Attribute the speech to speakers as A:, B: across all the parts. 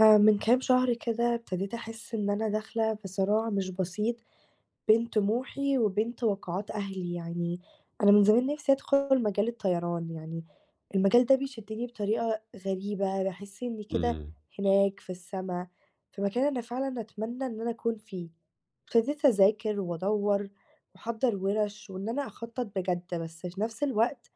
A: من كام شهر كده ابتديت أحس إن أنا داخلة في صراع مش بسيط بين طموحي وبين توقعات أهلي، يعني أنا من زمان نفسي أدخل مجال الطيران، يعني المجال ده بيشدني بطريقة غريبة، باحس إني كده
B: إمم،
A: هناك في السما، في مكان أنا فعلًا أتمنى إن أنا أكون فيه. ابتديت أذاكر وأدوّر وأحضّر وِرَش وإن أنا أخطّط بجد، بس في نفس الوقت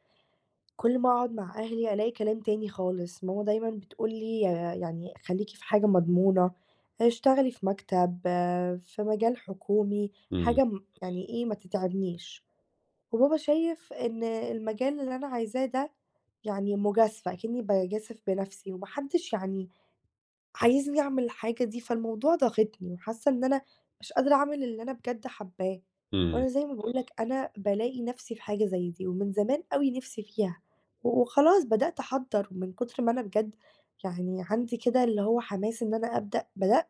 A: كل ما أقعد مع أهلي ألاقي كلام تاني خالص، ماما دايمًا بتقول لي يعني خليكِ في حاجة مضمونة، اشتغلي في مكتب، آه، في مجال حكومي،
B: إمم،
A: حاجة م يعني إيه ما تتعبنيش، وبابا شايف إن المجال اللي أنا عايزاه ده يعني مجازفة، أكني باجازف بنفسي وما حدش يعني عايزني أعمل الحاجة دي، فالموضوع ضاغطني وحاسة إن أنا مش قادرة أعمل اللي أنا بجد حاباه،
B: إمم.
A: وأنا زي ما باقول لك أنا بالاقي نفسي في حاجة زي دي، ومن زمان أوي نفسي فيها، و وخلاص بدأت أحضّر من كتر ما أنا بجد يعني عندي كده اللي هو حماس إن أنا أبدأ، بدأت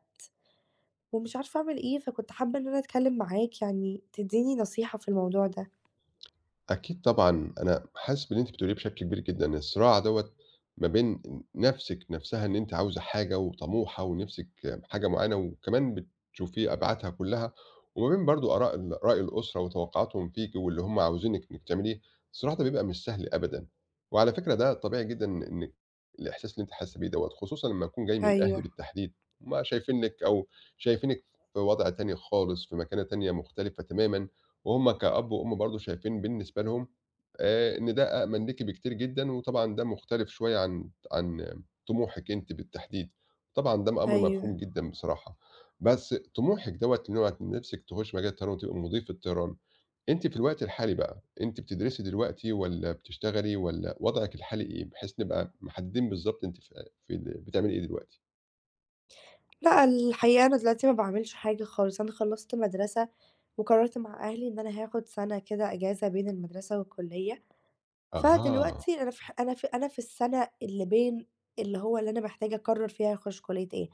A: ومش عارفة أعمل إيه، فكنت حابة إن أنا أتكلم معاك يعني تدّيني نصيحة في الموضوع ده.
B: أكيد طبعًا، أنا حاسس باللي أنتِ بتقوليه بشكل كبير جدًا، الصراع دوّة ما بين نَفْسِك نَفْسها إن أنتِ عاوزة حاجة وطموحة ونِفْسِك حاجة معيّنة وكمان بتشوفي أبعادها كُلّها، وما بين برضه آراء ال رأي الأسرة وتوقعاتهم فيكِ واللي هم عاوزينِك إنِّك تعمليه، الصراع ده بيبقى مش سهل أبدًا، وعلى فكرة ده طبيعي جدًا إنِّك الإحساس اللي أنتِ حاسة بيه دوّة، خصوصًا لمّا يكون جاي من الأهل
A: أيوه،
B: بالتحديد، هم شايفينِك في وضع تاني خالص، في مكانة تانية مختلفة تمامًا. وهُم كأب وأم برضه شايفين بالنسبة لهم إن ده أأمن ليكِ بكتير جدًا، وطبعًا ده مختلف شوية عن طموحِك أنتِ بالتحديد، طبعًا ده أمر
A: أيوه.
B: مفهوم جدًا بصراحة، بس طموحِك دوّة اللي هو نِفْسِك تخشي مجال الطيران وتبقي مضيفة طيران، أنتِ في الوقت الحالي بقى، أنتِ بتدرسي دلوقتي والّا بتشتغلي والّا وضعِك الحالي إيه؟ بحيث نبقى محددين بالضبط أنتِ في في ال بتعملي إيه دلوقتي؟
A: لأ، الحقيقة أنا دلوقتي ما باعملش حاجة خالص، أنا خلّصت مدرسة وقررت مع أهلي إن أنا هاخد سَنة كده إجازة بين المدرسة والكُلّية،
B: أها.
A: فدلوقتي أنا في ح أنا في أنا في السَنة اللي بين اللي هو اللي أنا محتاجة أقرّر فيها هاخش كُلّية إيه،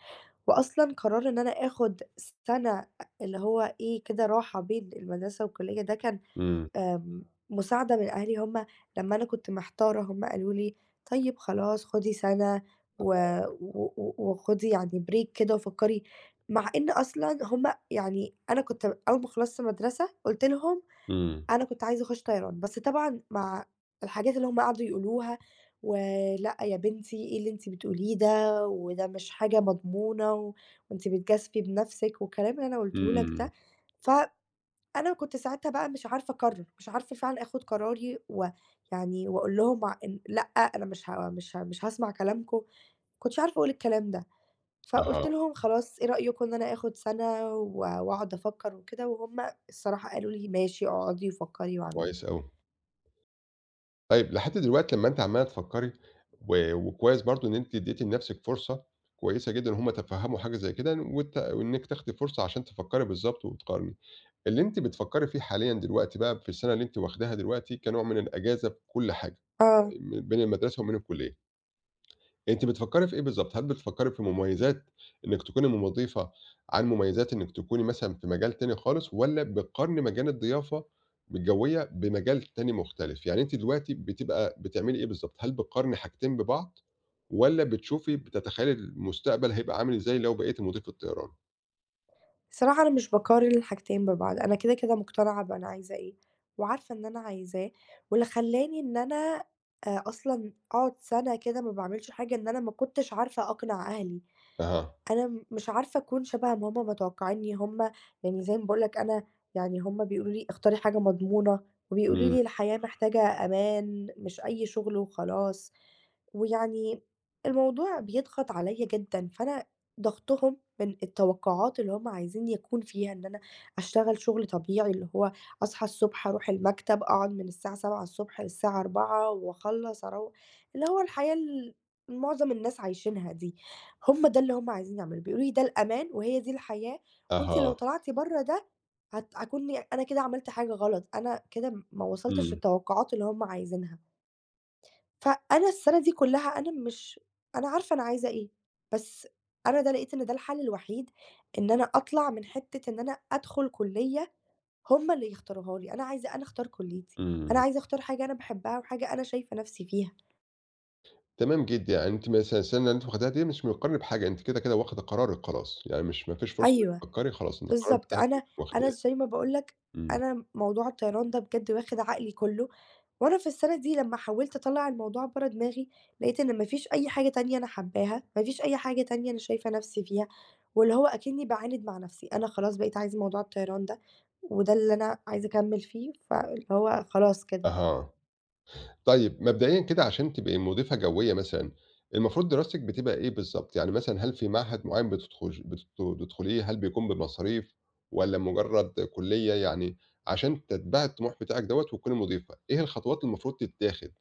A: وأصلًا قرار إن أنا آخد سَنة اللي هو إيه كده راحة بين المدرسة والكُلّية ده كان
B: إمم،
A: آمم، مساعدة من أهلي هم لمّا أنا كنت محتارة هم قالوا لي: "طيب خلاص خدي سَنة و و و وخدي يعني break كده وفكّري" مع إن أصلًا هم يعني أنا كنت أول ما خلصت مدرسة قُلت لهم
B: إمم،
A: أنا كنت عايزة أخش طيران، بس طبعًا مع الحاجات اللي هم قعدوا يقولوها "ولأ يا بنتي إيه اللي أنتِ بتقوليه ده، وده مش حاجة مضمونة و وأنتِ بتجازفي بنَفْسِك" والكلام اللي أنا قُلته لك
B: إمم،
A: ده، ف أنا كنت ساعتها بقى مش عارفة أقرّر، مش عارفة فعلًا آخُد قراري ويعني وأقول لهم ع إن لأ، أنا مش هاسمع كلامكم، ما كنتش عارفة أقول الكلام ده،
B: أها.
A: فقُلت لهم: "خلاص إيه رأيكم إن أنا آخُد سَنة و وأقعد أفكّر وكده؟" وهُم الصراحة قالوا لي: "ماشي، اقعدي وفكّري واعملي."
B: كويس أوي. طيب لحد دلوقتي لمّا أنتِ عمّالة تفكّري وكويس برضه إن أنتِ ادّيتِ لنَفْسِك فرصة كويسة جدًا إن هم تفهّموا حاجة زي كده وإنِّك تاخدي فرصة عشان تفكّري بالضبط وتقارني. اللي أنتِ بتفكّري فيه حاليًا دلوقتي بقى في السَنة اللي أنتِ واخداها دلوقتي كنوع من الأجازة في كل حاجة،
A: آه.
B: بين المدرسة وبين الكُلّية. أنتِ بتفكّري في إيه بالضبط؟ هل بتفكّري في مميزات إنِّك تكوني مُضيفة عن مميزات إنِّك تكوني مثلًا في مجال تاني خالص، والّا بتقارني مجال الضيافة الجوية بمجال تاني مختلف؟ يعني أنتِ دلوقتي بتعملي إيه بالضبط؟ هل بتقارني حاجتين ببعض، والّا بتتخيّلي المستقبل هيبقى عامل إزاي لو بقيتِ مضيفة طيران؟
A: الصراحة أنا مش باقارن الحاجتين ببعض، أنا كده، كده مقتنعة بأنا عايزة إيه، وعارفة إن أنا عايزاه، واللي خلّاني إن أنا أصلًا أقعد سَنة كده ما باعملش حاجة، إن أنا ما كنتش عارفة أقنع أهلي،
B: أها،
A: أنا مش عارفة أكون شبه ما هُم متوقعينّي، هُم يعني زي ما باقول لك أنا يعني هُم بيقولوا لي اختاري حاجة مضمونة، وبيقولوا
B: إمم،
A: لي الحياة محتاجة أمان، مش أي شغل وخلاص، ويعني الموضوع بيضغط عليَّ جدًا، فأنا ضغطهم من التوقعات اللي هم عايزين يكون فيها، إن أنا أشتغل شغل طبيعي، اللي هو أصحى الصبح أروح المكتب، أقعد من الساعة 07:00 للساعة 04:00 وأخلّص اللي هو الحياة ال معظم الناس عايشينها دي، هم ده اللي هم عايزين يعملوه، بيقولوا لي ده الأمان وهي دي الحياة، وأنتِ لو
B: أها،
A: طلعتِ برّه ده هاكون أنا كده عملت حاجة غلط، أنا كده ما وصلتش
B: إمم،
A: للتوقعات اللي هم عايزينها. فأنا السنة دي كلّها أنا مش أنا عارفة أنا عايزة إيه، بس أنا ده لقيت إن ده الحل الوحيد إن أنا أطلع من حتّة إن أنا أدخل كُلّية هم اللي يختاروها لي، أنا عايزة أنا أختار كُلّيتي، أنا
B: إمم.
A: عايزة أختار حاجة أنا باحبها وحاجة أنا شايفة نَفْسي فيها.
B: تمام جدًا، يعني أنتِ مثلًا السنة اللي أنتِ واخداها دي مش مقترنة بحاجة، أنتِ كده، كده واخدة قرارِك خلاص، يعني مش ما فيش فرصة إنِّك
A: أيوه،
B: تفكّري خلاص إن القرار
A: بالضبط،
B: بتاعِك أنتِ
A: أنا
B: واخداه.
A: زي ما باقول لك
B: إمم،
A: أنا موضوع الطيران ده بجد واخِد عقلي كُلّه وأنا في السنة دي لمّا حاولت أطلّع الموضوع برّه دماغي، لقيت إن ما فيش أي حاجة تانية أنا حاباها، ما فيش أي حاجة تانية أنا شايفة نفسي فيها، واللي هو أكنّي باعاند مع نفسي، أنا خلاص بقيت عايزة موضوع الطيران ده، وده اللي أنا عايزة أكمّل فيه، فاللي هو خلاص كده.
B: أها. طيب مبدئيًا كده عشان تبقي مضيفة جوية مثلًا، المفروض دراستِك بتبقى إيه بالضبط؟ يعني مثلًا هل في معهد معيّن بتدخليه، هل بيكون بمصاريف والّا مجرّد كُلّية؟ يعني عشان تتبعي الطموح بتاعِك دوّة وتكوني مضيفة، إيه الخطوات اللي المفروض تتاخد؟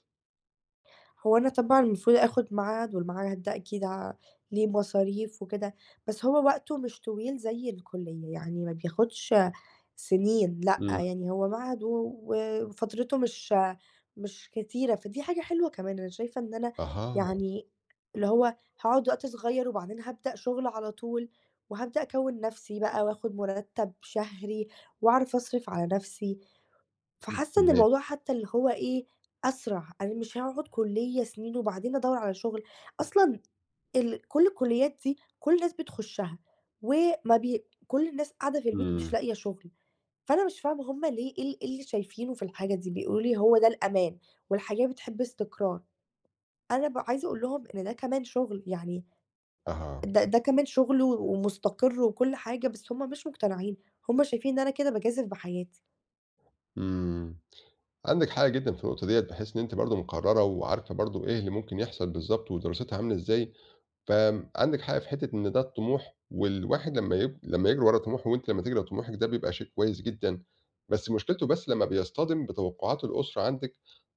A: هو أنا طبعًا المفروض آخُد ميعاد والميعاد ده أكيد ليه مصاريف وكده، بس هو وقته مش طويل زي الكُلّية، يعني ما بياخدش سنين، لأ،
B: إمم،
A: يعني هو معهد و وفترته مش كتيرة، فدي حاجة حلوة كمان، أنا شايفة إن أنا
B: أها،
A: يعني اللي هو هاقعد وقت صغير وبعدين هابدأ شغل على طول، وهابدأ أكوّن نَفْسي بقى وآخُد مُرتّب شهري وأعرف أصرف على نَفْسي، فحاسة إن
B: تمام،
A: الموضوع حتى اللي هو إيه، أسرع، أنا مش هاقعد كُلّية سنين وبعدين أدوّر على شغل، أصلًا كل الكُلّيات دي كل الناس بتخُشّها وما بي كل الناس قاعدة في البيت مش
B: إمم،
A: لاقية شغل. فأنا مش فاهمة هُم ليه إيه اللي شايفينه في الحاجة دي، بيقولوا لي هو ده الأمان والحياة بتحب استقرار، أنا عايزة أقول لهم إن ده كمان شغل، يعني
B: أها،
A: ده كمان شغل و- ومستقر وكل حاجة، بس هُم مش مقتنعين، هُم شايفين إن أنا كده باجازف بحياتي.
B: إمم. عندِك حق جدًا في النقطة ديّة، بحيث إن أنتِ برضه مقررة وعارفة برضه إيه اللي ممكن يحصل بالضبط ودراستها عاملة إزاي، فعندِك حق في حتة إن ده الطموح، والواحد لمّا يجري ورا طموحه وأنتِ لمّا تجري ورا طموحِك ده بيبقى شيء كويس جدًا، بس مشكلته بس لمّا بيصطدم بتوقعات الأسرة عندِك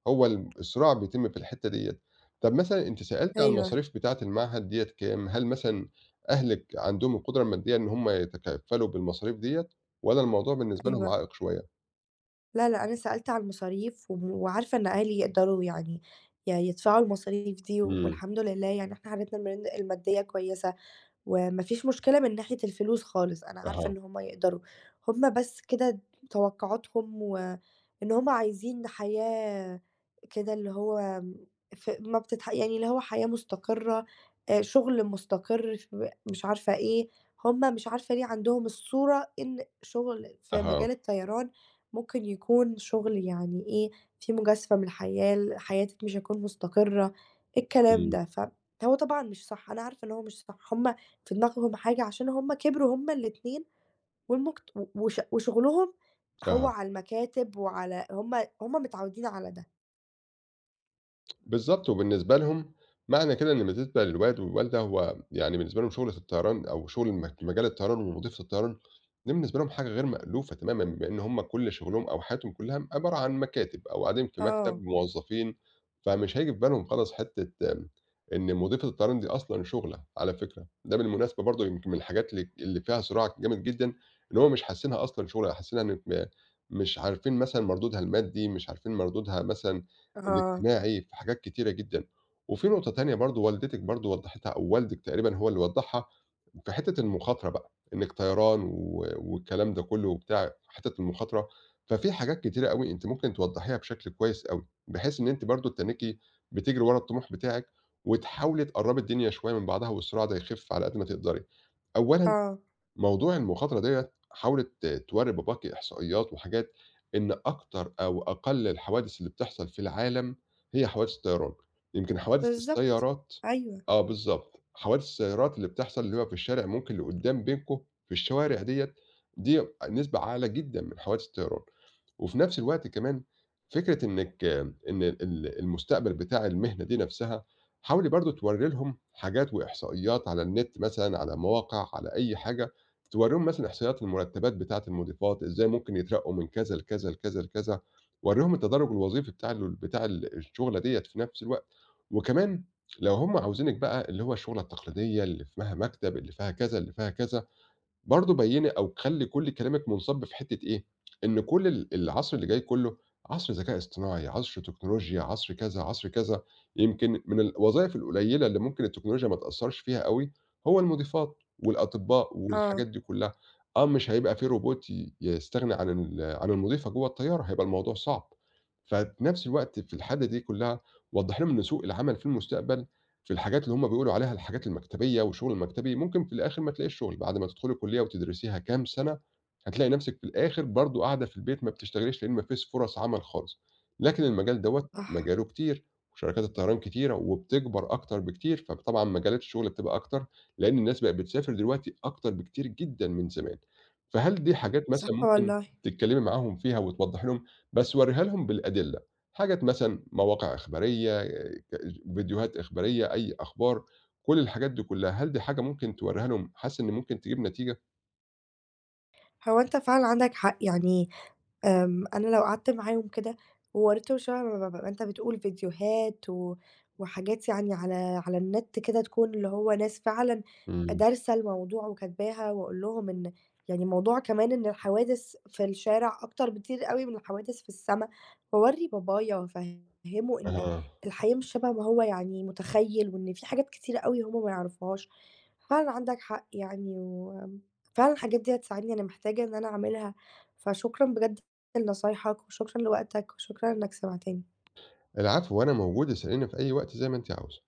B: هو الصراع بيتم في الحتة ديّة. طب مثلًا أنتِ سألتِ على
A: أيوه،
B: المصاريف بتاعة المعهد ديّة كام؟ هل مثلًا أهلِك عندهم القدرة المادية إن هم يتكفّلوا بالمصاريف ديّة والّا الموضوع بالنسبة لهم
A: أيوه،
B: عائق شوية؟
A: لا، لأ، أنا سألت على المصاريف وم وعارفة إن أهلي يقدروا يعني يدفعوا المصاريف دي
B: إمم،
A: والحمد لله يعني إحنا حالتنا المرن المادية كويسة. وما فيش مشكلة من ناحية الفلوس خالص، أنا عارفة
B: أها،
A: إن هُم يقدروا، هُم بس كده توقعاتهم وإن هُم عايزين حياة كده اللي هو ف ما يعني اللي هو حياة مستقرة، شغل مستقر ف مش عارفة إيه، هُم مش عارفة ليه عندهم الصورة إن شغل في
B: أها،
A: مجال الطيران ممكن يكون شغل يعني إيه، فيه مجازفة من الحياة، حياتِك مش هتكون مستقرة، إيه الكلام
B: إمم.
A: ده، فهو طبعًا مش صح، أنا عارفة إن هو مش صح، هُم في دماغهم حاجة عشان هم كبروا هم الاتنين والمكت و وش وشغلهم هو
B: أها،
A: على المكاتب وعلى هم متعودين على ده.
B: بالضبط، وبالنسبة لهم معنى كده إن بالنسبة للوالد والوالدة هو يعني بالنسبة لهم شُغلة الطيران أو شُغل م مجال الطيران ووظيفة الطيران دي بالنسبة لهم حاجة غير مألوفة تمامًا، بإن هم كل شُغلهم أو حياتهم كلّها عبارة عن مكاتب أو قاعدين في مكتب
A: آه،
B: موظفين، فمش هييجي في بالهم خالص حتّة، إن وظيفة الطيران دي أصلًا شُغلة على فكرة، ده بالمناسبة برضه يمكن من الحاجات اللي فيها صراع جامد جدًا إن هم مش حاسّينها أصلًا شُغلة، حاسّينها إن مش عارفين مثلًا مردودها المادي، مش عارفين مردودها مثلًا
A: آه،
B: الاجتماعي، في حاجات كتيرة جدًا. وفي نقطة تانية برضه والدتِك برضه وضّحتها أو والدِك تقريبًا هو اللي وضّحها، في حتّة المخاطرة بقى، إنِّك طيران والكلام ده كُلّه وبتاع، حتّة المخاطرة. ففي حاجات كتيرة أوي أنتِ ممكن توضّحيها بشكل كويس أوي، بحيث إن أنتِ برضه تنِّكي بتجري ورا الطموح بتاعِك وتحاولي تقرّبي الدنيا شوية من بعضها والصراع ده يخِف على قد ما تقدري. أولًا
A: آه،
B: موضوع المخاطرة ديّة حاولِت تورّي باباكِ إحصائيات وحاجات إن أكتر أو أقل الحوادث اللي بتحصل في العالم هي حوادث الطيران، يمكن حوادث
A: بالضبط،
B: السيارات
A: أيوه،
B: آه بالضبط، حوادث السيارات اللي بتحصل اللي هو في الشارع ممكن اللي قدّام بينكم في الشوارع ديّة، دي نسبة أعلى جدًا من حوادث الطيران. وفي نفس الوقت كمان فكرة إن المستقبل بتاع المهنة دي نفسها، حاولي برضه تورّي لهم حاجات وإحصائيات على النت مثلًا، على مواقع، على أي حاجة، تورّيهم مثلًا إحصائيات المرتبات بتاعة المضيفات، إزاي ممكن يترقّوا من كذا لكذا، لكذا، لكذا، ورّيهم التدرُّج الوظيفي بتاع الشُغلة ديّة في نفس الوقت، وكمان لو هُم عاوزينِك بقى اللي هو الشُغلة التقليدية اللي فيها مكتب، اللي فيها كذا، اللي فيها كذا، برضه بيّني أو خلّي كل كلامِك مُنصَب في حتّة إيه، إن كل العصر اللي جاي كُلّه عصر ذكاء اصطناعي، عصر تكنولوجيا، عصر كذا، عصر كذا، يمكن من الوظايف القليّلة اللي ممكن التكنولوجيا ما تأثّرش فيها أوي، هو المضيفات والأطباء
A: آه،
B: والحاجات دي كُلّها، آه مش هيبقى في روبوت يستغني عن المضيفة جوّه الطيارة، هيبقى الموضوع صعب، ففي نَفْس الوقت في الحالة دي كُلّها وضّح لهم إن سوق العمل في المستقبل في الحاجات اللي هُم بيقولوا عليها الحاجات المكتبية والشغل المكتبي، ممكن في الآخر ما تلاقيش شغل، بعد ما تدخلي كُلّية وتدرسيها كام سَنة، هتلاقي نَفْسِك في الآخر برضه قاعدة في البيت ما بتشتغليش، لإن ما فيش فرص عمل خالص. لكن المجال دوّة
A: صح،
B: مجاله كتير، وشركات الطيران كتيرة وبتكبر أكتر بكتير، فطبعًا مجالات الشغل بتبقى أكتر، لإن الناس بقت بتسافر دلوقتي أكتر بكتير جدًا من زمان. فهل دي حاجات
A: صح
B: مثلًا ممكن
A: والله.
B: تتكلّمي معاهم فيها وتوضّحي لهم، بس ورّيها لهم بالأدلة، حاجات مثلًا مواقع إخبارية فيديوهات إخبارية، أي أخبار، كل الحاجات دي كلّها، هل دي حاجة ممكن تورّيها لهم حاسس إن ممكن تجيب نتيجة؟
A: هو أنت فعلًا عندك حق، يعني أنا لو قعدت معاهم كده ووريتهم شبه ما أنت بتقول فيديوهات و وحاجات يعني على النت كده تكون اللي هو ناس فعلًا
B: إمم،
A: دارسة الموضوع وكاتباها، وأقول لهم إن يعني موضوع كمان إن الحوادث في الشارع أكتر بكتير أوي من الحوادث في السما، واورّي بابايا وافهمه إن
B: أها.
A: الحياة مش شبه ما هو يعني متخيل، وإن في حاجات كتيرة أوي هُم ما يعرفوهاش. فعلًا عندك حق يعني، وفعلًا الحاجات دي هتساعدني، أنا محتاجة إن أنا أعملها، فشكرًا بجد لنصايحك وشكرًا لوقتك وشكرًا إنك سمعتني.
B: العفو، وأنا موجود اسأليني في أي وقت زي ما أنتِ عاوزة.